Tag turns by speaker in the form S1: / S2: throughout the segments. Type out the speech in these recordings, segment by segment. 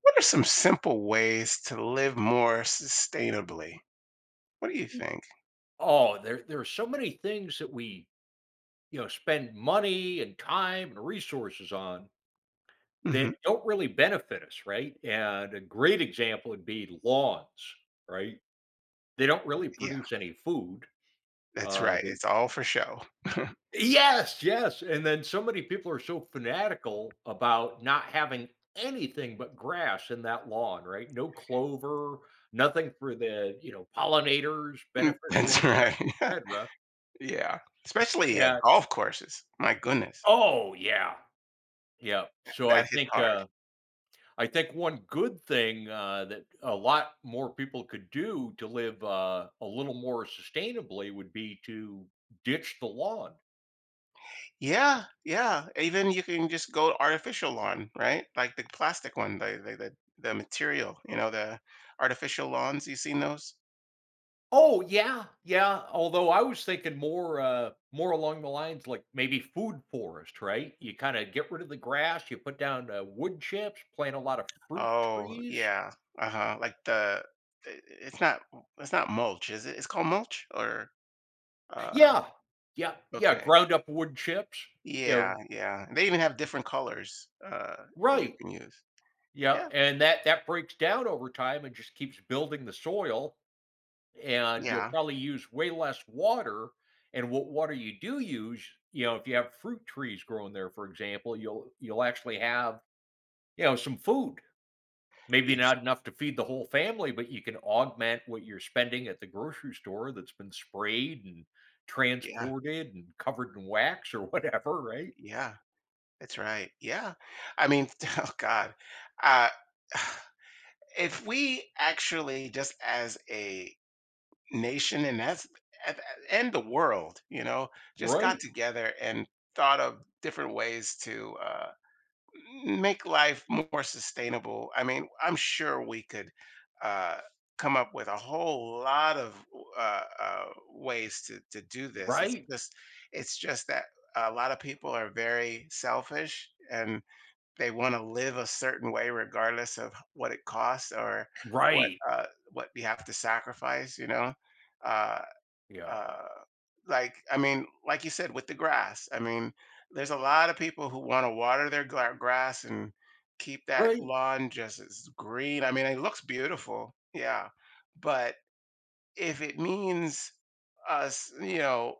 S1: What are some simple ways to live more sustainably? What do you think?
S2: Oh, there are so many things that we, you know, spend money and time and resources on
S1: Mhm.
S2: that don't really benefit us, right? And a great example would be lawns, right? They don't really
S1: Yeah,
S2: produce any food.
S1: that's
S2: Uh,
S1: right.
S2: they,
S1: It's all for show.
S2: yes, yes. And then so many people are so fanatical about not having anything but grass in that lawn, right? No clover, nothing for the, you know, pollinators,
S1: Mm,
S2: beneficial
S1: that's
S2: insects,
S1: right.
S2: etc.
S1: Yeah. Especially
S2: Yeah.
S1: golf courses. My goodness,
S2: Oh, yeah. Yeah, so I
S1: that hits
S2: think,
S1: hard.
S2: uh I think one good thing, that a lot more people could do to live, a little more sustainably would be to ditch the lawn.
S1: Yeah, yeah. Even you can just go artificial lawn, right? Like the plastic one, the material, you know, the artificial lawns. You seen those?
S2: Oh, yeah, yeah, although I was thinking more, more along the lines like maybe food forest, right? You kinda get rid of the grass, you put down, wood chips, plant a lot of fruit
S1: Oh,
S2: trees.
S1: yeah. Uh-huh. Like the- it's not it's not mulch, is it? It's called mulch or uh
S2: Yeah, yeah,
S1: okay.
S2: ground up wood chips, you
S1: Yeah,
S2: know
S1: yeah. They even have different colors, that you
S2: Right.
S1: can use.
S2: Yeah,
S1: Yeah,
S2: and that breaks down over time and just keeps building the soil, and you'll
S1: yeah.
S2: probably use way less water, and what water you do use, you know, if you have fruit trees growing there, for example, you'll actually have, you know, some food. Maybe
S1: Ex
S2: not enough to feed the whole family, but you can augment what you're spending at the grocery store that's been sprayed and
S1: yeah,
S2: transported and covered in wax or whatever, right?
S1: yeah. That's right. Yeah. I mean, oh god. Uh, if we actually, just as a nation and as a and the world, you know, just got
S2: Right.
S1: together and thought of different ways to, make life more sustainable. I mean, I'm sure we could uh, come up with a whole lot of ways to do this.
S2: Right.
S1: It's just that a lot of people are very selfish and they want to live a certain way regardless of what it costs or what
S2: Right.
S1: uh, what you have to sacrifice. You know. Uh,
S2: Yeah.
S1: uh, like I mean, like you said, with the grass. I mean, there's a lot of people who want to water their grass and keep that
S2: Right.
S1: lawn just as green. I mean, it looks beautiful, yeah, but if it means us, you know,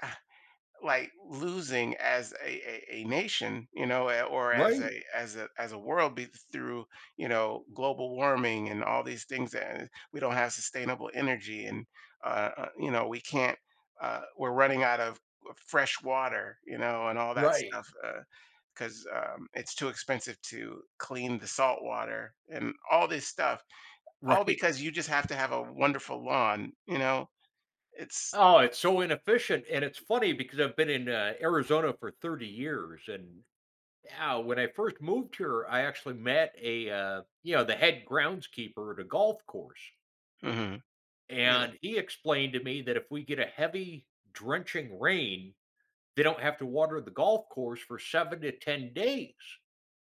S1: like losing as a nation, you know, or as
S2: Right.
S1: a world be through, you know, global warming and all these things that, we don't have sustainable energy and you know, we can't we're running out of fresh water, you know, and all that
S2: Right.
S1: stuff because, it's too expensive to clean the salt water and all this stuff, all
S2: Right.
S1: because you just have to have a wonderful lawn, you know. It's
S2: Oh, it's so inefficient, and it's funny because I've been in, Arizona for 30 years, and, yeah, when I first moved here, I actually met a, you know, the head groundskeeper at a golf course,
S1: mhm, really,
S2: and he explained to me that if we get a heavy, drenching rain, they don't have to water the golf course for 7 to 10 days,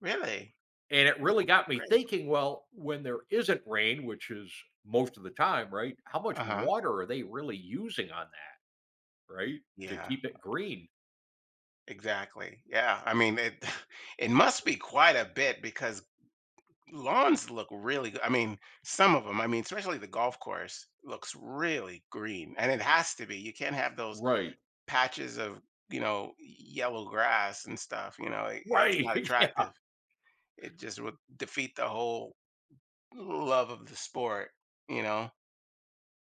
S1: really.
S2: and it
S1: That's
S2: really got me
S1: great.
S2: thinking, well, when there isn't rain, which is most of the time, right, how much
S1: Uh-huh.
S2: water are they really using on that, right, to
S1: Yeah,
S2: keep it green?
S1: exactly. Yeah, I mean, it it must be quite a bit because lawns look really good. I mean, some of them, I mean, especially the golf course looks really green, and it has to be. You can't have those
S2: Right.
S1: patches of, you know, yellow grass and stuff, you know, it, it's not
S2: Right, yeah,
S1: attractive. It just would defeat the whole love of the sport, you know.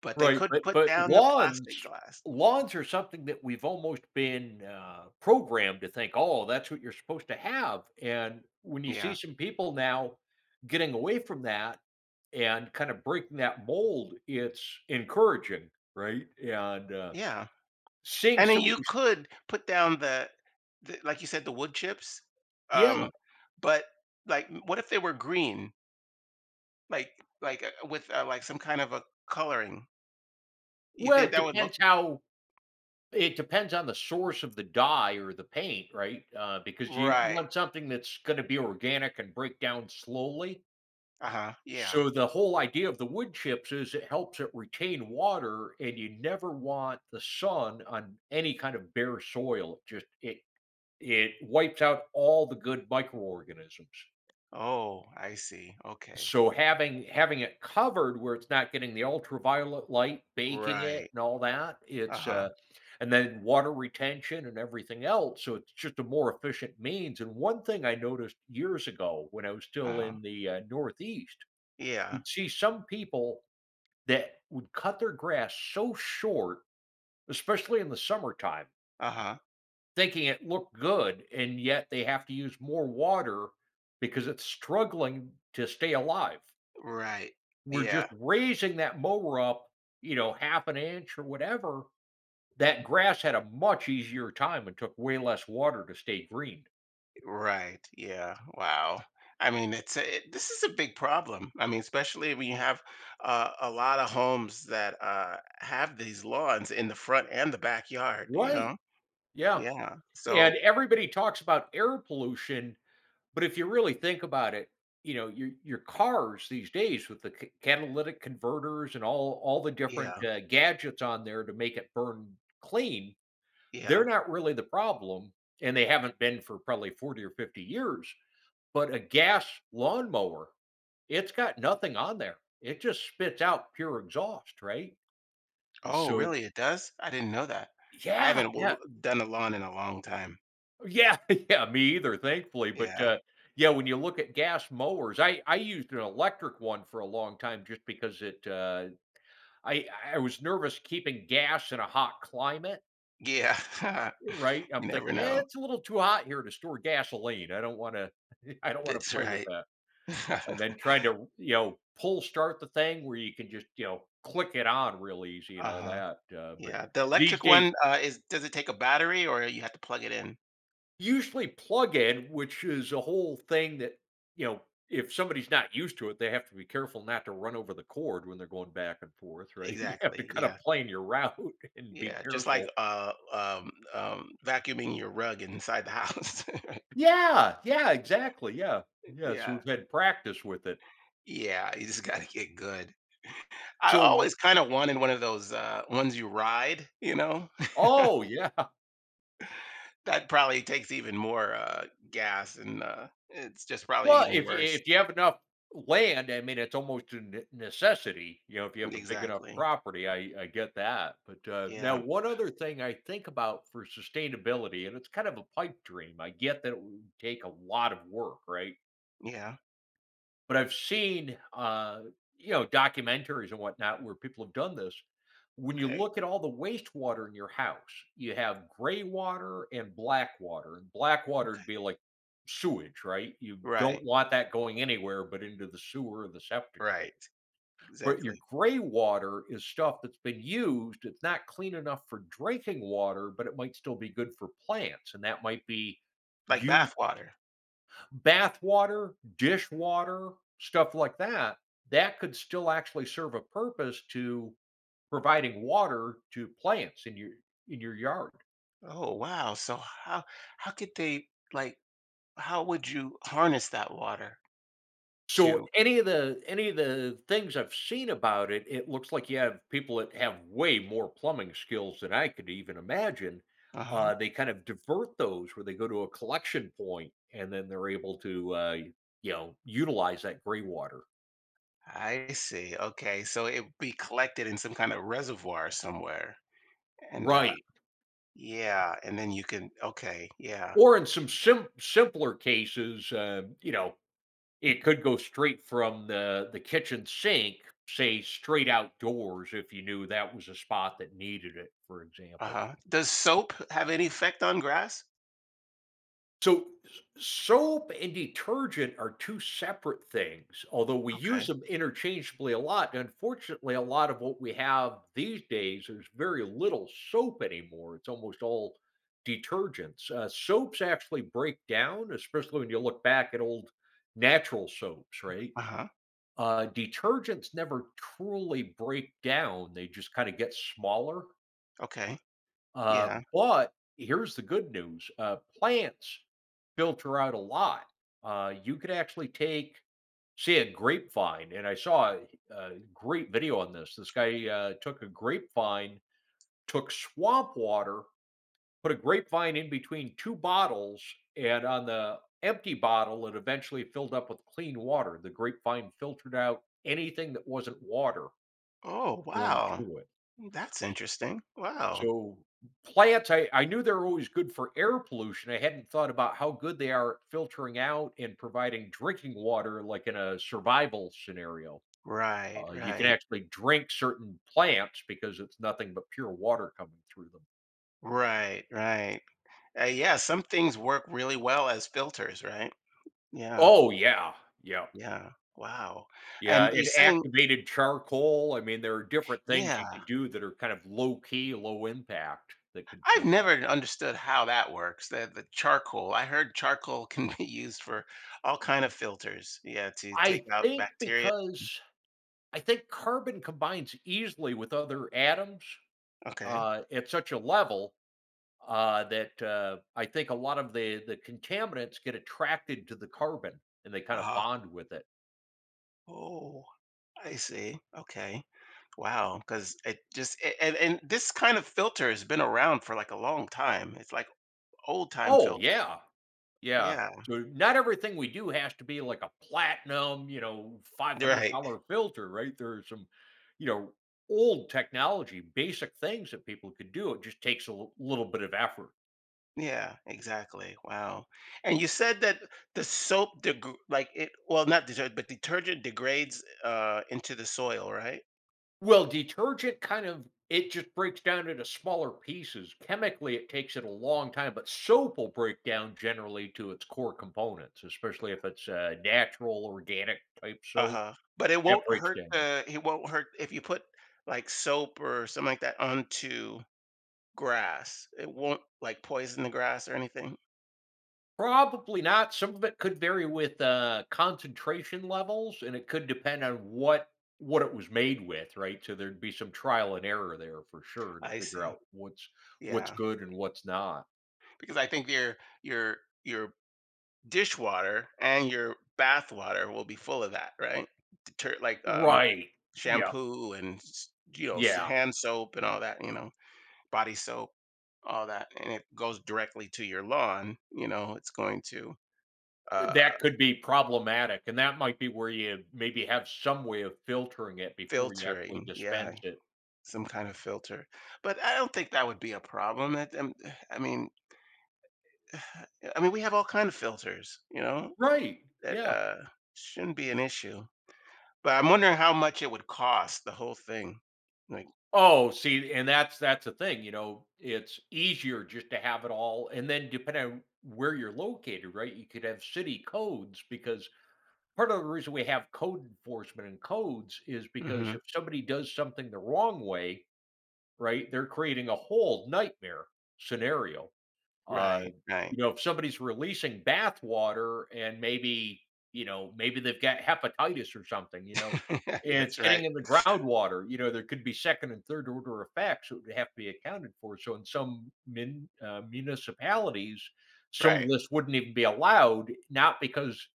S1: But they
S2: right,
S1: could
S2: but
S1: put
S2: but
S1: down the plastic
S2: lawns
S1: glass.
S2: lawns are something that we've almost been, programmed to think, "Oh, that's what you're supposed to have," and when you see
S1: Yeah.
S2: some people now getting away from that and kinda breaking that mold, it's encouraging, right? And,
S1: Yeah,
S2: seeing
S1: and then
S2: some of
S1: you
S2: these.
S1: could put down the like you said, the wood chips,
S2: Yeah,
S1: um, but, like, what if they were green? Like like, with, like, some kind of a coloring? You
S2: well,
S1: think
S2: it
S1: that would look
S2: depends how it depends on the source of the dye or the paint, right? Because you
S1: right.
S2: want something that's gonna be organic and break down slowly.
S1: Uh-huh, yeah.
S2: So the whole idea of the wood chips is it helps it retain water, and you never want the sun on any kind of bare soil. It just it it wipes out all the good microorganisms.
S1: Oh, I see, okay.
S2: So having it covered where it's not getting the ultraviolet light, baking it
S1: Right.
S2: and all that, it's
S1: Uh-huh,
S2: and then water retention and everything else. So it's just a more efficient means. And one thing I noticed years ago when I was still
S1: uh-huh.
S2: in the Northeast,
S1: Yeah.
S2: you'd see some people that would cut their grass so short, especially in the summertime,
S1: Uh-huh.
S2: thinking it looked good, and yet they have to use more water because it's struggling to stay alive.
S1: Right.
S2: We're
S1: Yeah.
S2: just raising that mower up, you know, half an inch or whatever. That grass had a much easier time and took way less water to stay green.
S1: Right. Yeah. Wow. I mean, it's a, it, this is a big problem. I mean, especially when you have, a lot of homes that, have these lawns in the front and the backyard. You
S2: Right.
S1: know.
S2: Yeah.
S1: Yeah.
S2: And
S1: So
S2: everybody talks about air pollution. But if you really think about it, you know, your cars these days with the catalytic converters and all the different
S1: yeah,
S2: gadgets on there to make it burn clean, they're
S1: yeah.
S2: not really the problem, and they haven't been for probably 40 or 50 years. But a gas lawnmower, it's got nothing on there. It just spits out pure exhaust, right?
S1: Oh,
S2: So it's
S1: really? It does? I didn't know that. I
S2: yeah,
S1: haven't w-
S2: yeah.
S1: done a lawn in a long time.
S2: Yeah, yeah, me either, thankfully, but,
S1: Yeah.
S2: yeah, when you look at gas mowers, I used an electric one for a long time just because it, I I was nervous keeping gas in a hot climate,
S1: Yeah.
S2: right?
S1: you
S2: I'm
S1: never
S2: thinking, "Eh,
S1: know.
S2: it's a little too hot here to store gasoline. I don't wanna I don't wanna
S1: That's
S2: play with
S1: right.
S2: that." And then trying to, you know, pull start the thing where you can just, you know, click it on real easy and
S1: uh
S2: all
S1: huh.
S2: that, but
S1: Yeah. The
S2: these
S1: electric
S2: days,
S1: one is. Does it take a battery or you have to plug it in?
S2: usually plug-in, which is a whole thing that, you know, if somebody's not used to it, they have to be careful not to run over the cord when they're going back and forth, right? You have to
S1: Exactly.
S2: kind of
S1: Yeah.
S2: plan your route and be
S1: Yeah, just like,
S2: careful.
S1: vacuuming your rug inside the house.
S2: Yeah, yeah, exactly, yeah. Yeah, so
S1: Yeah.
S2: we've had practice with it.
S1: Yeah, you just gotta get good. I
S2: So.
S1: always kinda wanted one of those, ones you ride, you know?
S2: Oh, yeah.
S1: That probably takes even more, gas and, it's just probably
S2: Well,
S1: even
S2: if you
S1: worse.
S2: if you have enough land, I mean, it's almost a ne necessity, you know, if you have a big enough
S1: Exactly.
S2: property, I get that, but, now
S1: Yeah,
S2: one other thing I think about for sustainability, and it's kind of a pipe dream, I get that it would take a lot of work, right?
S1: yeah,
S2: But I've seen, you know, documentaries and whatnot where people have done this. When you
S1: okay,
S2: look at all the wastewater in your house, you have gray water and black water. And black water would
S1: okay.
S2: be like sewage, right? You
S1: Right,
S2: don't want that going anywhere but into the sewer or the septic
S1: right,
S2: tank. But
S1: exactly.
S2: your gray water is stuff that's been used. It's not clean enough for drinking water, but it might still be good for plants. And that might be
S1: Like
S2: used
S1: bath water.
S2: bath water, dish water, stuff like that, that could still actually serve a purpose to providing water to plants in your yard.
S1: Oh, wow, so how could they, like, how would you harness that water
S2: So
S1: to
S2: any of the things I've seen about it, it looks like you have people that have way more plumbing skills than I could even imagine.
S1: uh-huh.
S2: They kind of divert those where they go to a collection point, and then they're able to you know, utilize that gray water.
S1: I see. Okay, so it would be collected in some kind of reservoir somewhere. And
S2: Right.
S1: yeah, and then you can okay, yeah.
S2: Or in some simpler cases, you know, it could go straight from the kitchen sink, say, straight outdoors if you knew that was a spot that needed it, for example.
S1: Uh-huh. Does soap have any effect on grass?
S2: So, soap and detergent are 2 separate things, although we use
S1: Okay.
S2: them interchangeably a lot. Unfortunately, a lot of what we have these days, there's very little soap anymore. It's almost all detergents. Soaps actually break down, especially when you look back at old natural soaps, right?
S1: Uh-huh.
S2: Detergents never truly break down. They just kinda get smaller.
S1: Okay. Yeah.
S2: But here's the good news, plants filter out a lot. You could actually take, say, a grapevine, and I saw a great video on this. This guy took a grapevine, took swamp water, put a grapevine in between two bottles, and on the empty bottle, it eventually filled up with clean water. The grapevine filtered out anything that wasn't water
S1: Oh,
S2: going
S1: wow.
S2: through it.
S1: That's interesting. Wow.
S2: So, plants, I knew they are always good for air pollution, I hadn't thought about how good they are at filtering out and providing drinking water, like, in a survival scenario.
S1: Right,
S2: You can
S1: right.
S2: actually drink certain plants because it's nothing but pure water coming through them.
S1: Right, right. Yeah, some things work really well as filters, right? Yeah.
S2: Oh, yeah. Yeah.
S1: Yeah. Wow. And
S2: Yeah,
S1: you're
S2: and
S1: saying,
S2: activated charcoal, I mean, there are different things
S1: yeah,
S2: you can do that are kind of low key, low impact that could
S1: I've
S2: fill.
S1: never understood how that works. The charcoal. I heard charcoal can be used for all kind of filters. Yeah, to take
S2: I
S1: out
S2: think
S1: bacteria.
S2: because I think carbon combines easily with other atoms,
S1: Okay.
S2: at such a level that I think a lot of the contaminants get attracted to the carbon and they kind of
S1: Uh-huh.
S2: bond with it.
S1: Oh, I see. Okay. Wow. Because it just and this kind of filter has been around for like a long time. It's like old time
S2: Oh
S1: filter.
S2: yeah, yeah.
S1: Yeah.
S2: So not everything we do has to be like a platinum, you know, five hundred
S1: Right.
S2: dollar filter, right? There are some, you know, old technology, basic things that people could do. It just takes a little bit of effort.
S1: Yeah. Exactly. Wow. And you said that the soap, like it, well, not detergent, but detergent degrades into the soil, right?
S2: Well, detergent kind of it just breaks down into smaller pieces. Chemically, it takes it a long time, but soap will break down generally to its core components, especially if it's natural, organic type soap.
S1: Uh-huh, but it
S2: That
S1: won't
S2: breaks
S1: hurt
S2: down.
S1: the it won't hurt if you put, like, soap or something like that onto grass, it won't, like, poison the grass or anything?
S2: Probably not. Some of it could vary with concentration levels, and it could depend on what it was made with, right? So there'd be some trial and error there for sure to
S1: I
S2: figure
S1: see.
S2: out what's
S1: Yeah,
S2: good and what's not.
S1: because I think your your dishwater and your bath water will be full of that, right? Deter like,
S2: Right. Yeah.
S1: shampoo and s you know, s
S2: Yeah.
S1: hand soap and all that, you know, body soap, all that, and it goes directly to your lawn, you know, it's going to, uh
S2: That could be problematic, and that might be where you maybe have some way of filtering it before you actually
S1: filtering, yeah.
S2: dispense it.
S1: Some kind of filter. But I don't think that would be a problem. That I mean, I mean, we have all kind of filters, you know,
S2: Right.
S1: that,
S2: Yeah.
S1: shouldn't be an issue. But I'm wondering how much it would cost the whole thing. Like,
S2: Oh, see, and that's the thing, you know, it's easier just to have it all and then depending on where you're located, right? You could have city codes because part of the reason we have code enforcement and codes is because
S1: hmm
S2: if somebody does something the wrong way, right, they're creating a whole nightmare scenario. Uh,
S1: right, right.
S2: you know, if somebody's releasing bath water and maybe, you know, maybe they've got hepatitis or something, you know, and
S1: yes,
S2: it's
S1: right,
S2: getting in the groundwater, you know, there could be second and third order effects that would have to be accounted for. So in some municipalities, some of
S1: right.
S2: this wouldn't even be allowed, not because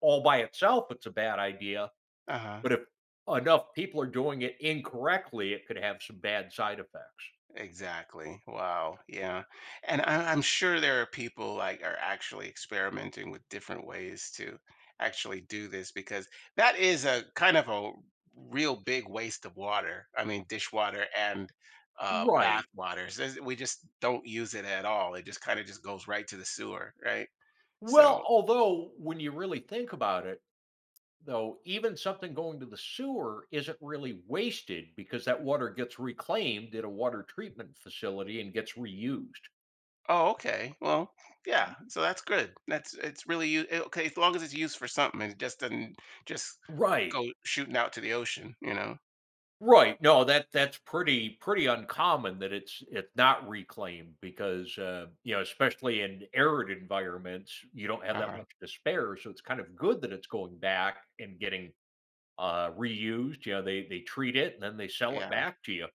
S2: all by itself it's a bad idea,
S1: Uh huh.
S2: but if enough people are doing it incorrectly, it could have some bad side effects.
S1: Exactly. Wow. Yeah. And I'm sure there are people like are actually experimenting with different ways to actually do this because that is a kind of a real big waste of water. I mean, dishwater and, bath
S2: Right.
S1: waters. There's- we just don't use it at all. It just kind of just goes right to the sewer, right? So,
S2: Well, although when you really think about it, though, even something going to the sewer isn't really wasted because that water gets reclaimed at a water treatment facility and gets reused.
S1: oh, okay. Well, yeah. So that's good. That's it's really okay, as long as it's used for something. It just doesn't just
S2: Right.
S1: go shooting out to the ocean, you know.
S2: Right. No, that that's pretty uncommon that it's not reclaimed because you know, especially in arid environments, you don't have that
S1: Uh-huh.
S2: much to spare. So it's kind of good that it's going back and getting reused. You know, they treat it and then they sell it
S1: Yeah.
S2: back to you.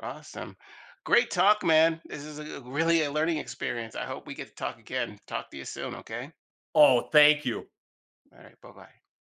S1: Awesome. Great talk, man. This is a really a learning experience. I hope we get to talk again. Talk to you soon, okay?
S2: Oh, thank you.
S1: All right. Bye-bye.